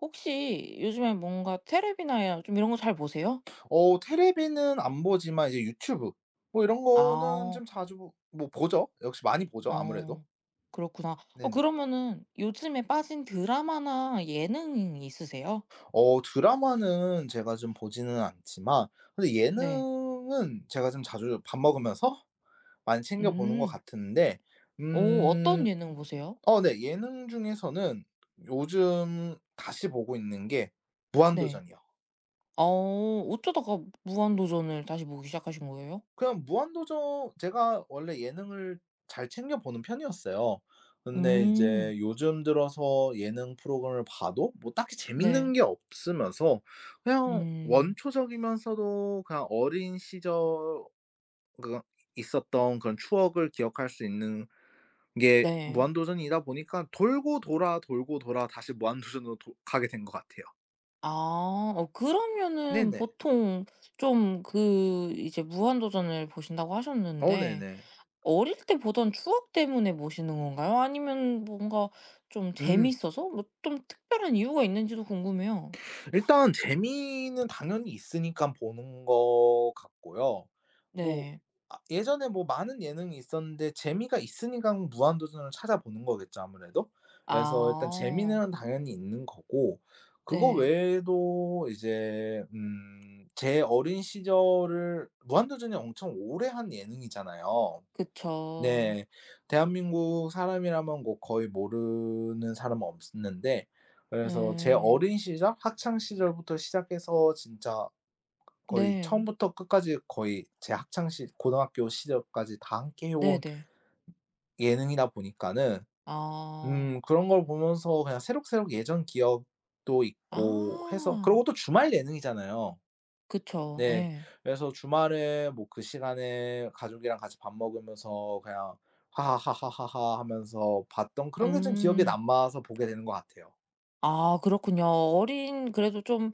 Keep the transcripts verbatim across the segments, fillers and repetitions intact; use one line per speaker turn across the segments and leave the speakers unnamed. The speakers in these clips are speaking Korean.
혹시 요즘에 뭔가 테레비나 좀 이런 거 잘 보세요?
어 테레비는 안 보지만 이제 유튜브 뭐 이런 거는
아.
좀 자주 보 뭐 보죠. 역시 많이 보죠 아무래도.
어. 그렇구나. 어
네네.
그러면은 요즘에 빠진 드라마나 예능 있으세요?
어 드라마는 제가 좀 보지는 않지만 근데
네.
예능은 제가 좀 자주 밥 먹으면서 많이 챙겨 보는 것
음.
같은데
어 어떤
음
예능 보세요?
어네 예능 중에서는 요즘 다시 보고 있는 게
네.
무한도전이요.
어 어쩌다가 무한도전을 다시 보기 시작하신 거예요?
그냥 무한도전 제가 원래 예능을 잘 챙겨 보는 편이었어요. 근데
음.
이제 요즘 들어서 예능 프로그램을 봐도 뭐 딱히 재밌는
네.
게 없으면서 그냥
음.
원초적이면서도 그냥 어린 시절 그 있었던 그런 추억을 기억할 수 있는 게
네.
무한도전이다 보니까 돌고 돌아 돌고 돌아 다시 무한도전으로 도 가게 된 것 같아요.
아. 어 그러면은
네네.
보통 좀 그 이제 무한도전을 보신다고
어
하셨는데
네네.
어릴 때 보던 추억 때문에 모시는 건가요? 아니면 뭔가 좀
음.
재밌어서? 뭐 좀 특별한 이유가 있는지도 궁금해요.
일단 재미는 당연히 있으니까 보는 것 같고요. 뭐
네.
아 예전에 뭐 많은 예능이 있었는데 재미가 있으니까 무한도전을 찾아보는 거겠죠 아무래도. 그래서 일단
아.
재미는 당연히 있는 거고 그거
네.
외에도 이제 음 제 어린 시절을 무한도전이 엄청 오래 한 예능이잖아요.
그쵸.
네. 대한민국 사람이라면 뭐 거의 모르는 사람은 없는데 그래서 제
네.
어린 시절 학창 시절부터 시작해서 진짜 거의
네.
처음부터 끝까지 거의 제 학창 시 고등학교 시절까지 다 함께 해 온
네네.
예능이다 보니까는
아.
음 그런 걸 보면서 그냥 새록새록 예전 기억도 있고 해서
아.
그러고 또 주말 예능이잖아요.
그쵸.
네.
예.
그래서 주말에 뭐 그 시간에 가족이랑 같이 밥 먹으면서 그냥 하하하하하하 하면서 봤던 그런 게 좀 기억에
음.
남아서 보게 되는 것 같아요.
아 그렇군요. 어린 그래도 좀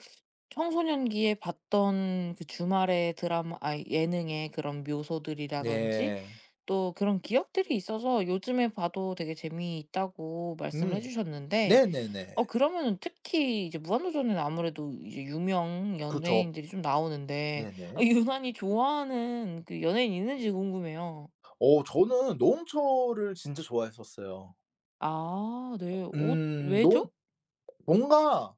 청소년기에 봤던 그 주말에 드라마 아이 예능의 그런 묘소들이라든지
네.
또 그런 기억들이 있어서 요즘에 봐도 되게 재미있다고 말씀을 해
음.
주셨는데
네네네.
어 그러면은 특히 이제 무한도전에는 아무래도 이제 유명
그쵸.
연예인들이 좀 나오는데 아
네네.
유난히 좋아하는 그 연예인 있는지 궁금해요.
어 저는 노홍철을 진짜 좋아했었어요.
아 네. 옷
음 노홍
왜죠?
뭔가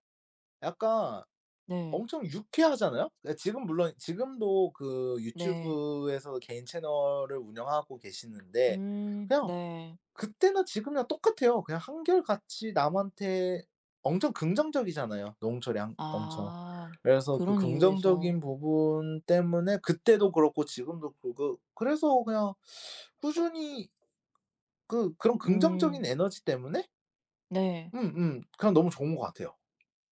약간
네.
엄청 유쾌하잖아요? 예 지금 물론 지금도 그
네.
유튜브에서 개인 채널을 운영하고 계시는데
음
그냥
네.
그때나 지금이나 똑같아요. 그냥 한결같이 남한테 엄청 긍정적이잖아요, 노홍철이 한 엄청.
아
그래서 그
그런 이유에서.
긍정적인 부분 때문에 그때도 그렇고 지금도 그렇고 그래서 그냥 꾸준히 그 그런
음
긍정적인 에너지 때문에
네.
음음 그냥 너무 좋은 것 같아요.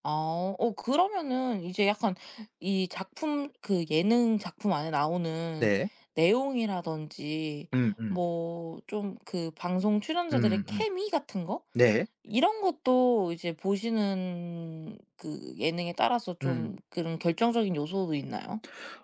아. 어 그러면은 이제 약간 이 작품 그 예능 작품 안에 나오는
네.
내용이라든지
음음.
뭐 좀 그 방송 출연자들의
음음.
케미 같은 거?
네.
이런 것도 이제 보시는 그 예능에 따라서
음.
좀 그런 결정적인 요소도 있나요?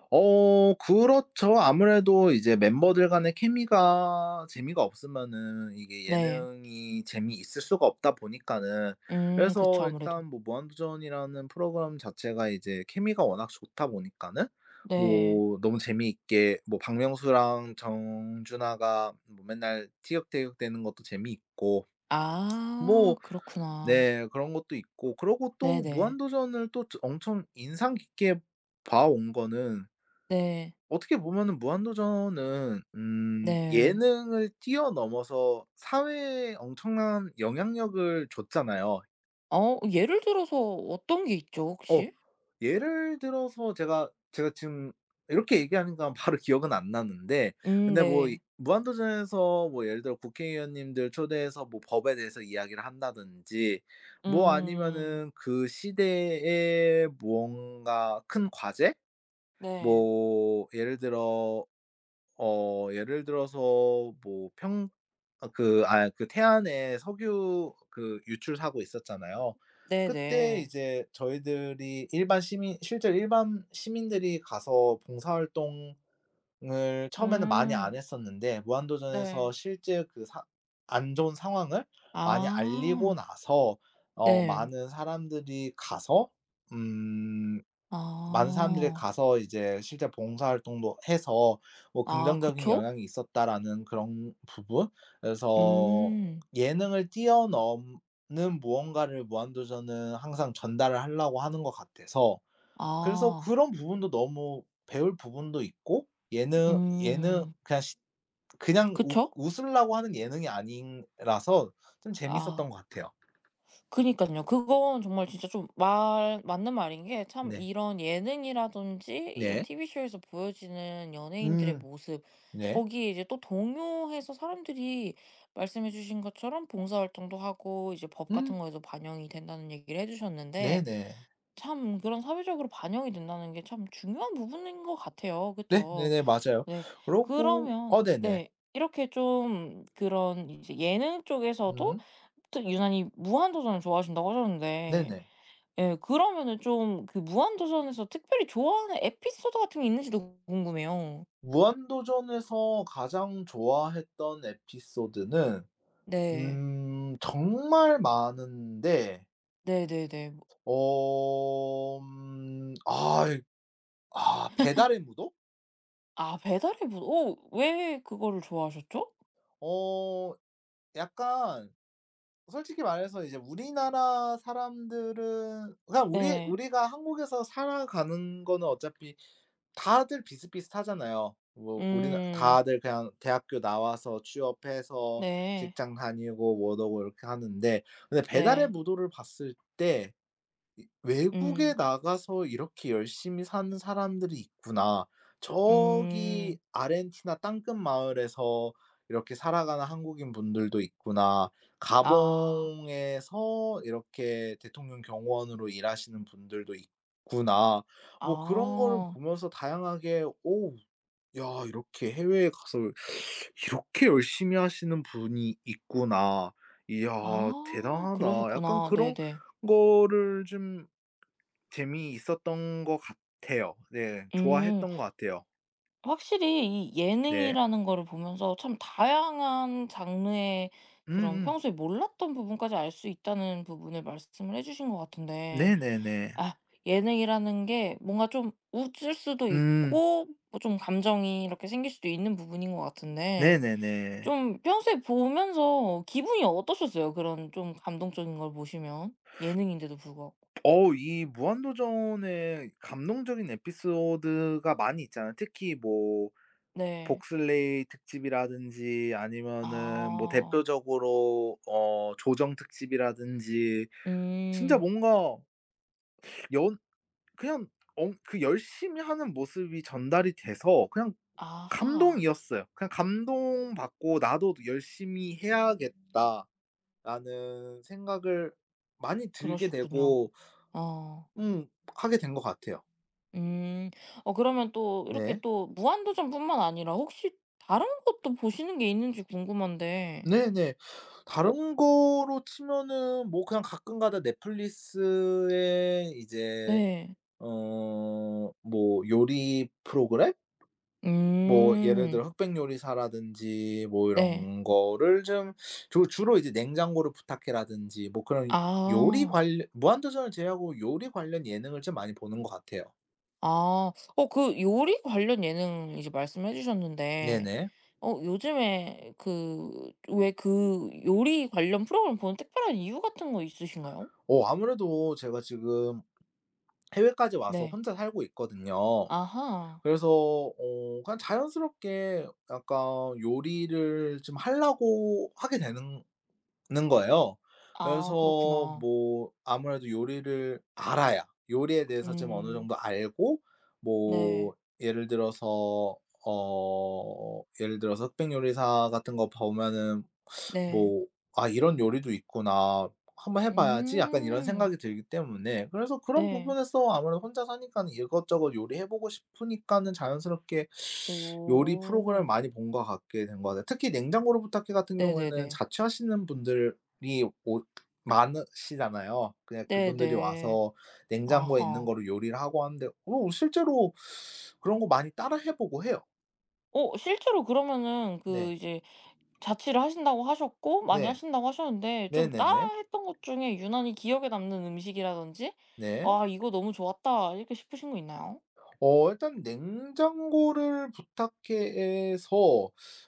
어 그렇죠. 아무래도 이제 멤버들 간의 케미가 재미가 없으면은 이게
네.
예능이 재미있을 수가 없다 보니까는
음 그쵸
그래서
아무래도.
일단 뭐 무한도전이라는 프로그램 자체가 이제 케미가 워낙 좋다 보니까는
네.
뭐 너무 재미있게 뭐 박명수랑 정준하가 뭐 맨날 티격태격대는 것도 재미있고
아
뭐
그렇구나.
네 그런 것도 있고 그러고 또
네네.
무한도전을 또 엄청 인상 깊게 봐온 거는
네.
어떻게 보면은 무한도전은 음
네.
예능을 뛰어넘어서 사회에 엄청난 영향력을 줬잖아요.
어 예를 들어서 어떤 게 있죠
어
혹시?
예를 들어서 제가 제가 지금 이렇게 얘기하니까 바로 기억은 안 나는데
음
근데 뭐 이
네.
무한도전에서 뭐 예를 들어 국회의원님들 초대해서 뭐 법에 대해서 이야기를 한다든지 뭐
음.
아니면은 그 시대의 무언가 큰 과제?
네.
뭐 예를 들어 어 예를 들어서 뭐 평 아 그 아 그 태안에 석유 그 유출 사고 있었잖아요. 그때
네네.
이제 저희들이 일반 시민 실제로 일반 시민들이 가서 봉사활동 을 처음에는 많이 안
음.
했었는데 무한도전에서
네.
실제 그 사 안 좋은 상황을 많이 알리고
아.
나서 어
네.
많은 사람들이 가서 음 많은 사람들이
아.
가서 이제 실제 봉사활동도 해서 뭐
아
'긍정적인
그쵸?
영향이 있었다.'라는 그런 부분? 그래서
음.
예능을 뛰어넘는 무언가를 무한도전은 항상 전달을 하려고 하는 것 같아서 그래서
아.
그런 부분도 너무 배울 부분도 있고 예능 예능
음.
그냥 시 그냥 웃
그쵸?
웃으려고 하는 예능이 아니라서 좀 재밌었던
아.
것 같아요.
그니깐요. 그건 정말 진짜 좀 말 맞는 말인 게 참
네.
이런 예능이라든지 이런
네.
티비쇼에서 보여지는 연예인들의
음
모습
네.
거기에 이제 또 동요해서 사람들이 말씀해 주신 것처럼 봉사활동도 하고 이제 법
음
같은 거에도 반영이 된다는 얘기를 해 주셨는데
네네.
참 그런 사회적으로 반영이 된다는 게 참 중요한 부분인 것 같아요.
네
그쵸?
네네 맞아요.
네.
그러고
그러면
어 네네.
네 이렇게 좀 그런 이제 예능 쪽에서도
음
또 유난히 무한도전을 좋아하신다고 하셨는데
네네.
예 그러면은 좀 그 무한도전에서 특별히 좋아하는 에피소드 같은 게 있는지도 궁금해요.
무한도전에서 가장 좋아했던 에피소드는
네.
음 정말 많은데
네네네. 뭐
어음아 아 배달의 무도?
아 배달의 부 어 왜 그거를 좋아하셨죠?
어 약간 솔직히 말해서 이제 우리나라 사람들은 그냥 우리
네.
우리가 한국에서 살아가는 거는 어차피 다들 비슷비슷하잖아요. 뭐 우리나
음.
다들 그냥 대학교 나와서 취업해서
네.
직장 다니고 뭐하고 이렇게 하는데 근데 배달의
네.
무도를 봤을 때 이 '외국에
음.
나가서 이렇게 열심히 사는 사람들이 있구나. 저기
음.
아르헨티나 땅끝 마을에서 이렇게 살아가는 한국인 분들도 있구나.
아.
가봉에서 이렇게 대통령 경호원으로 일하시는 분들도 있구나.' 뭐 그런 거를
아.
보면서 다양하게 '오 야 이렇게 해외에 가서 이렇게 열심히 하시는 분이 있구나. 이야
아
대단하다.' 약간
그러셨구나.
그런
네네.
거를 좀 재미있었던 것 같아요. 네.
음.
좋아했던 것 같아요.
확실히 이
네.
예능이라는 거를 보면서 참 다양한 장르의 그런
음음.
평소에 몰랐던 부분까지 알 수 있다는 부분을 말씀을 해 주신 것 같은데
네네네.
아 예능이라는 게 뭔가 좀 웃을 수도
음.
있고 뭐 좀 감정이 이렇게 생길 수도 있는 부분인 것 같은데
네네네.
좀 평소에 보면서 기분이 어떠셨어요? 그런 좀 감동적인 걸 보시면? 예능인데도 불구하고.
어우 이 무한도전에 감동적인 에피소드가 많이 있잖아요. 특히 뭐
네.
복슬레이 특집이라든지 아니면은 뭐
아.
대표적으로 어 조정 특집이라든지 진짜
음.
뭔가 연 그냥 엄 그 열심히 하는 모습이 전달이 돼서 그냥
아하.
감동이었어요. 그냥 감동받고 '나도 열심히 해야겠다.'라는 생각을 많이 들게
그러셨군요.
되고
어.
음 하게 된 것 같아요.
음. 어 그러면 또 이렇게
네.
또 무한도전뿐만 아니라 혹시 다른 것도 보시는 게 있는지 궁금한데.
네네.
어
다른 거로 치면은 뭐 그냥 가끔가다 넷플릭스에 이제
네.
어 뭐 요리 프로그램? 뭐 예를
음.
들어 흑백 요리사라든지 뭐
네.
이런 거를 좀 주 주로 이제 냉장고를 부탁해라든지 뭐 그런 요리
아.
관련 무한도전을 제외하고 요리 관련 예능을 좀 많이 보는 것 같아요.
아. 어 그 요리 관련 예능 이제 말씀해 주셨는데
네네.
어 요즘에 그 왜 그 요리 관련 프로그램 보는 특별한 이유 같은 거 있으신가요?
어 아무래도 제가 지금 해외까지 와서
네.
혼자 살고 있거든요.
아하.
그래서 어 그냥 자연스럽게 약간 요리를 좀 하려고 하게 되는 는 거예요. 그래서
아 그렇구나.
뭐 아무래도 요리를 알아야 요리에 대해서 좀 어느
음.
정도 알고
네.
뭐 예를 들어서 어 예를 들어서 흑백 요리사 같은 거 보면은
네.
뭐 '아 이런 요리도 있구나. 한번 해 봐야지.' 약간 이런
음.
생각이 들기 때문에 그래서 그런
네.
부분에서 아무래도 혼자 사니까는 이것저것 요리해 보고 싶으니까는 자연스럽게 요리 프로그램을
오.
많이 본 것 같게 된 것 같아요. 특히 냉장고를 부탁해 같은 경우에는
네네네.
자취하시는 분들이 오 많으시잖아요. 그냥 그분들이
네네.
와서 냉장고에 있는
아하.
거를 요리를 하고 하는데 어 실제로 그런 거 많이 따라 해 보고 해요.
어 실제로 그러면은
네.
그 이제 자취를 하신다고 하셨고 많이
네.
하신다고 하셨는데 좀 따라
네네네.
했던 것 중에 유난히 기억에 남는 음식이라든지
네.
'아 이거 너무 좋았다.' 이렇게 싶으신 거 있나요?
어 일단 냉장고를 부탁해서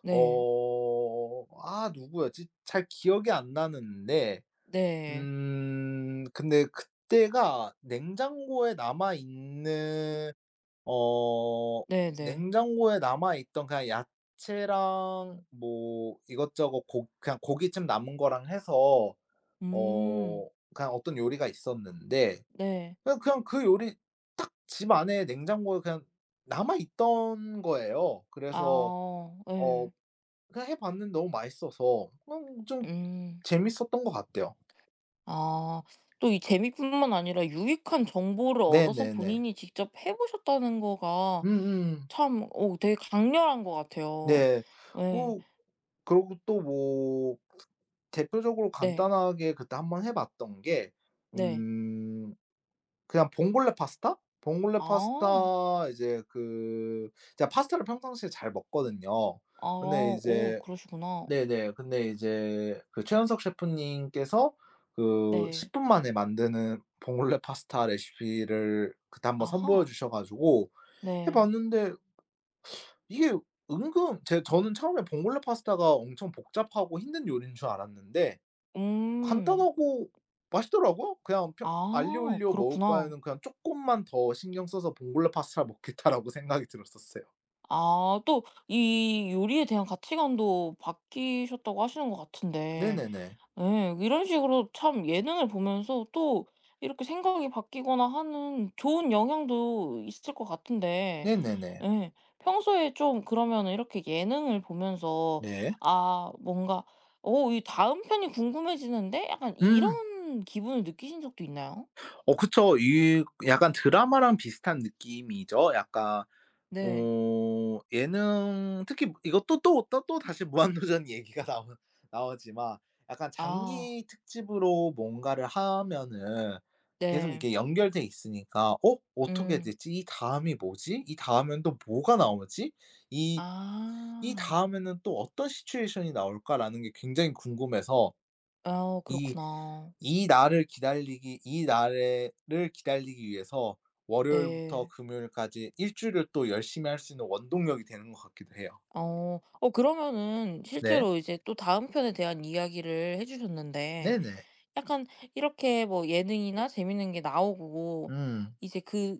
네.
어 아 누구였지? 잘 기억이 안 나는데
네.
음 근데 그때가 냉장고에 남아 있는 어
네네.
냉장고에 남아 있던 그냥 야채랑 뭐 이것저것 고 그냥 고기쯤 남은 거랑 해서
음.
어 그냥 어떤 요리가 있었는데
네.
그냥 그냥 그 요리 딱 집 안에 냉장고에 그냥 남아 있던 거예요. 그래서
아
어
네.
그냥 해 봤는데 너무 맛있어서 그냥 좀
음.
재밌었던 것 같아요.
아. 또 이 재미뿐만 아니라 유익한 정보를 얻어서
네네네.
본인이 직접 해 보셨다는 거가
음음.
참 오 되게 강렬한 것 같아요.
네.
네
고 그러고 또 뭐 대표적으로
네.
간단하게 그때 한번 해 봤던 게
네.
음 그냥 봉골레 파스타? 봉골레
아.
파스타 이제 그 제가 파스타를 평상시에 잘 먹거든요.
아
근데
오
이제
그러시구나.
네네. 근데 이제 그 최현석 셰프님께서 그
네.
십 분 만에 만드는 봉골레 파스타 레시피를 그때 한번 선보여
아하.
주셔 가지고 해
네.
봤는데 이게 은근 제 저는 처음에 봉골레 파스타가 엄청 복잡하고 힘든 요리인 줄 알았는데
음.
간단하고 맛있더라고요. 그냥 평 알리오
아
올리오 먹을
그렇구나.
바에는 그냥 '쪼끔만 더 신경 써서 봉골레 파스타를 먹겠다.'라고 생각이 들었었어요.
아 또 이 요리에 대한 가치관도 바뀌셨다고 하시는 것 같은데
네네네.
예. 이런 식으로 참 예능을 보면서 또 이렇게 생각이 바뀌거나 하는 좋은 영향도 있을 것 같은데
네네네.
예. 평소에 좀 그러면 이렇게 예능을 보면서
네.
아 뭔가 오 이 다음 편이 궁금해지는데?' 약간
음.
이런 기분을 느끼신 적도 있나요?
어 그쵸. 이 약간 드라마랑 비슷한 느낌이죠. 약간
네.
어 예능 특히 이것도 또 또 또 다시 무한도전 얘기가 나오 나오지만 약간
아.
장기 특집으로 뭔가를 하면은 계속
네.
이게 연결돼 있으니까 '어 어떻게
음.
되지? 이 다음이 뭐지? 이 다음엔 또 뭐가 나오지? 이 이
아.
다음에는 또 어떤 시츄에이션이 나올까?'라는 게 굉장히 궁금해서
어
이
그렇구나.
이 날을 기다리기 이 날에를 기다리기 위해서 월요일부터
네.
금요일까지 일 주일을 또 열심히 할 수 있는 원동력이 되는 것 같기도 해요.
어. 어 그러면은
네.
실제로 이제 또 다음 편에 대한 이야기를 해 주셨는데
네네.
약간 이렇게 뭐 예능이나 재밌는 게 나오고
음.
이제 그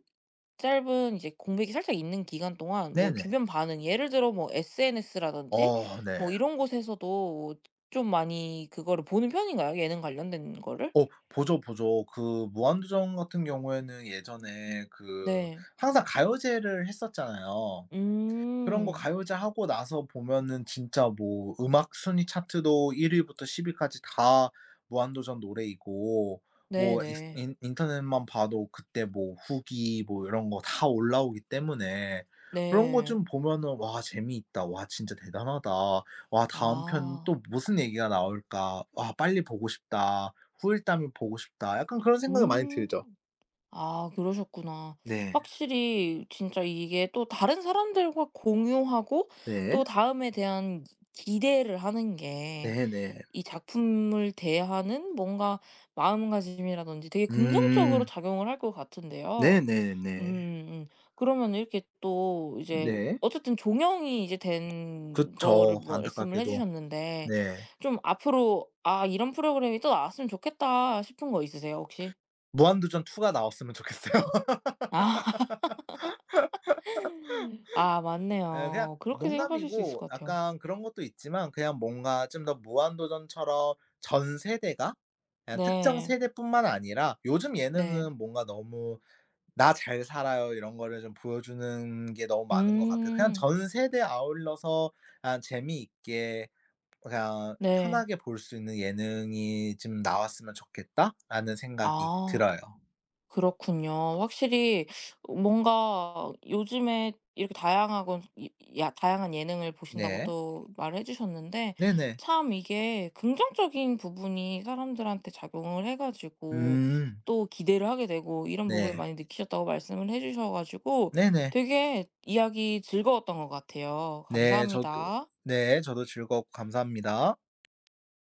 짧은 이제 공백이 살짝 있는 기간 동안 뭐
네네.
주변 반응 예를 들어 뭐 에스엔에스라든지
어 네.
뭐 이런 곳에서도 좀 많이 그거를 보는 편인가요? 예능 관련된 거를?
어 보죠, 보죠. 그 무한도전 같은 경우에는 예전에 그
네.
항상 가요제를 했었잖아요. 그런 거
음.
가요제 하고 나서 보면은 진짜 뭐 음악 순위 차트도 일 위 위부터 십 위 위까지 다 무한도전 노래이고 뭐 음. 익스
네네.
인 인터넷만 봐도 그때 뭐 후기 뭐 이런 거 다 올라오기 때문에 그런 거
네.
좀 보면은 '와 재미있다. 와 진짜 대단하다. 와 다음 편
아.
또 무슨 얘기가 나올까. 와 빨리 보고 싶다. 후일담이 보고 싶다.' 약간 그런 생각이 많이
음.
들죠.
아 그러셨구나.
네.
확실히 진짜 이게 또 다른 사람들과 공유하고
네.
또 다음에 대한 기대를 하는 게
네네.
이 작품을 대하는 뭔가 마음가짐이라든지 되게 긍정적으로
음.
작용을 할 것 같은데요.
네네 네.
음음. 그러면 이렇게 또 이제
네.
어쨌든 종영이 이제 된 거를
그쵸.
말씀을 해
안타깝게도.
주셨는데
네.
좀 앞으로 '아 이런 프로그램이 또 나왔으면 좋겠다.' 싶은 거 있으세요 혹시?
무한도전 이가 나왔으면 좋겠어요.
아. 아
예 그냥
맞네요. 그렇게 생각하실 수 있을
농담이고
것 같아요.
약간 그런 것도 있지만 그냥 뭔가 좀 더 무한도전처럼 전 세대가 그냥 특정
네.
세대뿐만 아니라 요즘
네.
예능은 뭔가 너무 '나 잘 살아요.' 이런 거를 좀 보여주는 게 너무 많은 것 같아요. 그냥
음.
전 세대에 아울러서 그냥 재미있게 그냥
네.
편하게 볼 수 있는 예능이 좀 나왔으면 좋겠다라는 생각이
아
들어요.
그렇군요. 확실히 뭔가 요즘에 이렇게 다양하고 이 야 다양한 예능을 보신다고
네.
또 말을 해 주셨는데
네네.
참 이게 긍정적인 부분이 사람들한테 작용을 해 가지고
음.
또 기대를 하게 되고 이런 부분을
네.
많이 느끼셨다고 말씀을 해 주셔 가지고
네네.
되게 이야기 즐거웠던 것 같아요.
네. 저도
감사합니다.
네. 저도 즐거웠고 감사합니다.